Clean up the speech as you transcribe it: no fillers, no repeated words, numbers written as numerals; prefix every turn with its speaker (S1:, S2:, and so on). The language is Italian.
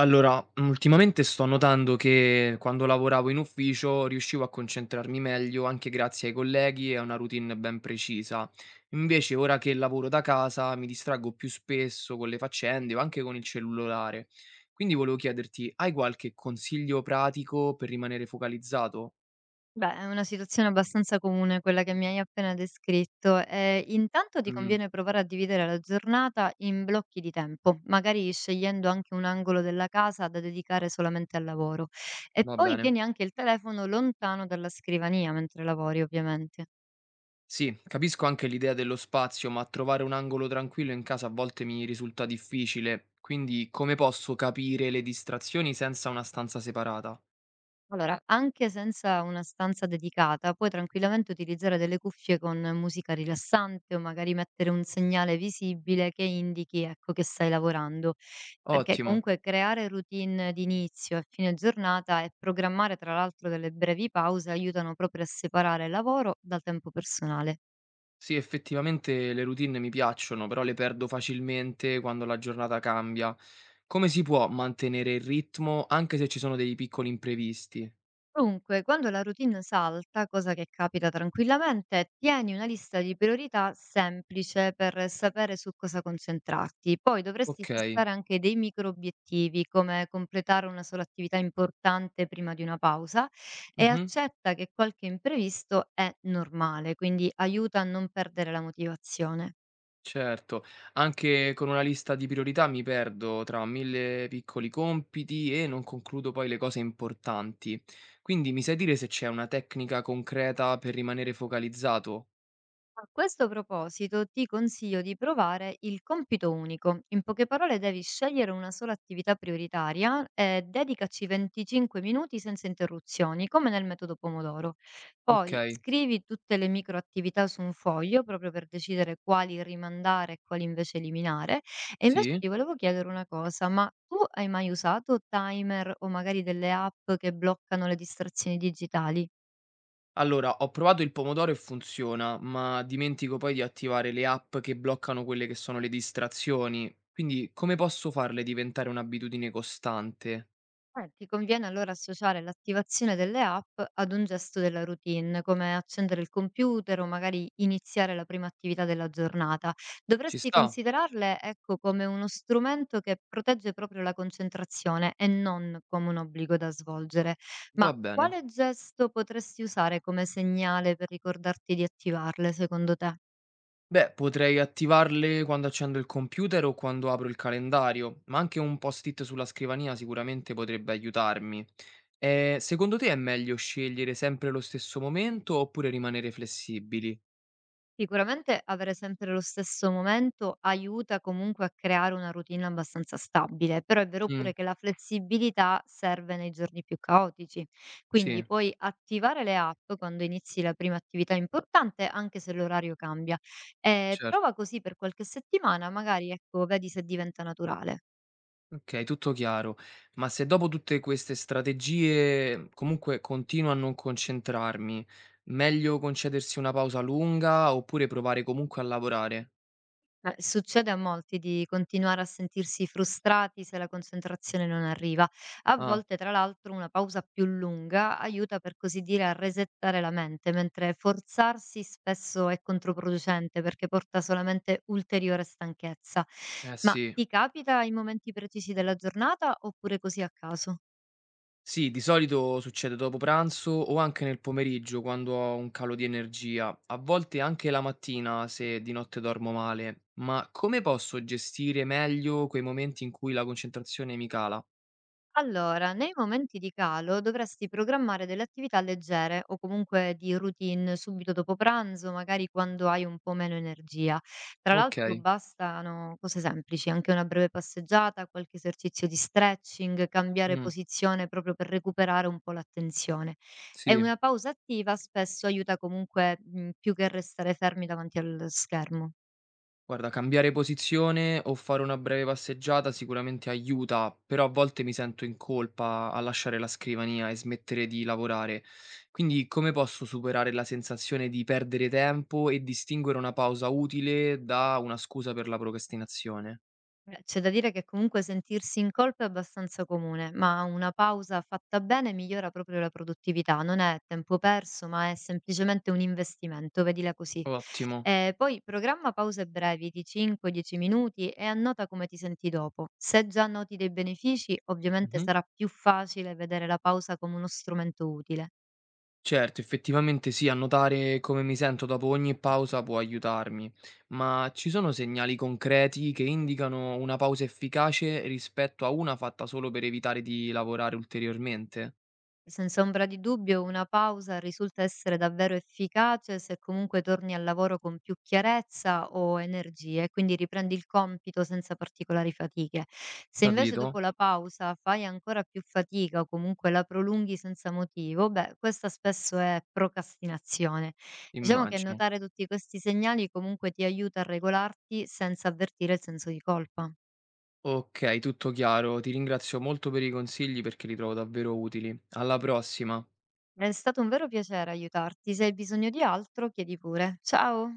S1: Allora, ultimamente sto notando che quando lavoravo in ufficio riuscivo a concentrarmi meglio anche grazie ai colleghi e a una routine ben precisa. Invece, ora che lavoro da casa, mi distraggo più spesso con le faccende o anche con il cellulare. Quindi volevo chiederti, hai qualche consiglio pratico per rimanere focalizzato?
S2: Beh, è una situazione abbastanza comune quella che mi hai appena descritto. Intanto ti
S1: Mh,
S2: conviene provare a dividere la giornata in blocchi di tempo, magari scegliendo anche un angolo della casa da dedicare solamente al lavoro. E
S1: va
S2: poi
S1: bene.
S2: tieni anche il telefono lontano dalla scrivania mentre lavori, ovviamente.
S1: Sì, capisco anche l'idea dello spazio, ma trovare un angolo tranquillo in casa a volte mi risulta difficile, quindi come posso capire le distrazioni senza una stanza separata?
S2: Allora, anche senza una stanza dedicata, puoi tranquillamente utilizzare delle cuffie con musica rilassante o magari mettere un segnale visibile che indichi, ecco, che stai lavorando. Perché
S1: Ottimo.
S2: comunque creare routine di inizio e fine giornata e programmare tra l'altro delle brevi pause aiutano proprio a separare lavoro da tempo personale.
S1: Sì, effettivamente le routine mi piacciono, però le perdo facilmente quando la giornata cambia. Come si può mantenere il ritmo anche se ci sono dei piccoli imprevisti?
S2: Dunque, quando la routine salta, cosa che capita tranquillamente, tieni una lista di priorità semplice per sapere su cosa concentrarti. Poi dovresti
S1: Ok.
S2: fissare anche dei micro obiettivi, come completare una sola attività importante prima di una pausa e
S1: Mhm.
S2: accetta che qualche imprevisto è normale, quindi aiuta a non perdere la motivazione.
S1: Certo, anche con una lista di priorità mi perdo tra mille piccoli compiti e non concludo poi le cose importanti. Quindi mi sai dire se c'è una tecnica concreta per rimanere focalizzato?
S2: A questo proposito ti consiglio di provare il compito unico. In poche parole devi scegliere una sola attività prioritaria e dedicaci 25 minuti senza interruzioni, come nel metodo Pomodoro.
S1: Ok,
S2: Poi scrivi tutte le microattività su un foglio proprio per decidere quali rimandare e quali invece eliminare. E invece
S1: sì.
S2: ti volevo chiedere una cosa, ma tu hai mai usato timer o magari delle app che bloccano le distrazioni digitali?
S1: Allora, ho provato il pomodoro e funziona, ma dimentico poi di attivare le app che bloccano quelle che sono le distrazioni. Quindi come posso farle diventare un'abitudine costante?
S2: Ti conviene allora associare l'attivazione delle app ad un gesto della routine, come accendere il computer o magari iniziare la prima attività della giornata.
S1: Ci
S2: Dovresti
S1: sta?
S2: considerarle, ecco, come uno strumento che protegge proprio la concentrazione e non come un obbligo da svolgere.
S1: Va
S2: Ma
S1: bene.
S2: quale gesto potresti usare come segnale per ricordarti di attivarle, secondo te?
S1: Beh, potrei attivarle quando accendo il computer o quando apro il calendario, ma anche un post-it sulla scrivania sicuramente potrebbe aiutarmi. Secondo te è meglio scegliere sempre lo stesso momento oppure rimanere flessibili?
S2: Sicuramente avere sempre lo stesso momento aiuta comunque a creare una routine abbastanza stabile, però è vero
S1: Mm,
S2: pure che la flessibilità serve nei giorni più caotici.
S1: sì,
S2: Quindi puoi attivare le app quando inizi la prima attività importante, anche se l'orario cambia. E
S1: certo.
S2: prova così per qualche settimana, magari ecco, vedi se diventa naturale.
S1: Ok, tutto chiaro. Ma se dopo tutte queste strategie comunque continuo a non concentrarmi, meglio concedersi una pausa lunga oppure provare comunque a lavorare?
S2: Ma succede a molti di continuare a sentirsi frustrati se la concentrazione non arriva. A
S1: Ah,
S2: volte, tra l'altro, una pausa più lunga aiuta per così dire a resettare la mente, mentre forzarsi spesso è controproducente perché porta solamente ulteriore stanchezza.
S1: eh
S2: Ma
S1: sì.
S2: ti capita in momenti precisi della giornata oppure così a caso?
S1: Sì, di solito succede dopo pranzo o anche nel pomeriggio quando ho un calo di energia, a volte anche la mattina se di notte dormo male, ma come posso gestire meglio quei momenti in cui la concentrazione mi cala?
S2: Allora, nei momenti di calo dovresti programmare delle attività leggere o comunque di routine subito dopo pranzo, magari quando hai un po' meno energia. Tra
S1: Ok,
S2: l'altro bastano cose semplici, anche una breve passeggiata, qualche esercizio di stretching, cambiare
S1: mm,
S2: posizione proprio per recuperare un po' l'attenzione. E
S1: sì.
S2: una pausa attiva spesso aiuta comunque più che restare fermi davanti allo schermo.
S1: Guarda, cambiare posizione o fare una breve passeggiata sicuramente aiuta, però a volte mi sento in colpa a lasciare la scrivania e smettere di lavorare. Quindi come posso superare la sensazione di perdere tempo e distinguere una pausa utile da una scusa per la procrastinazione?
S2: C'è da dire che comunque sentirsi in colpa è abbastanza comune, ma una pausa fatta bene migliora proprio la produttività, non è tempo perso, ma è semplicemente un investimento, vedila così.
S1: Ottimo.
S2: Poi programma pause brevi di 5-10 minuti e annota come ti senti dopo. Se già noti dei benefici, ovviamente
S1: Mhm.
S2: sarà più facile vedere la pausa come uno strumento utile.
S1: Certo, effettivamente sì, annotare come mi sento dopo ogni pausa può aiutarmi, ma ci sono segnali concreti che indicano una pausa efficace rispetto a una fatta solo per evitare di lavorare ulteriormente?
S2: Senza ombra di dubbio, una pausa risulta essere davvero efficace se comunque torni al lavoro con più chiarezza o energie, e quindi riprendi il compito senza particolari fatiche. Se invece
S1: Capito?
S2: dopo la pausa fai ancora più fatica o comunque la prolunghi senza motivo, beh, questa spesso è procrastinazione. Diciamo che
S1: Immagino.
S2: notare tutti questi segnali comunque ti aiuta a regolarti senza avvertire il senso di colpa.
S1: Ok, tutto chiaro, ti ringrazio molto per i consigli perché li trovo davvero utili. Alla prossima!
S2: È stato un vero piacere aiutarti. Se hai bisogno di altro, chiedi pure. Ciao!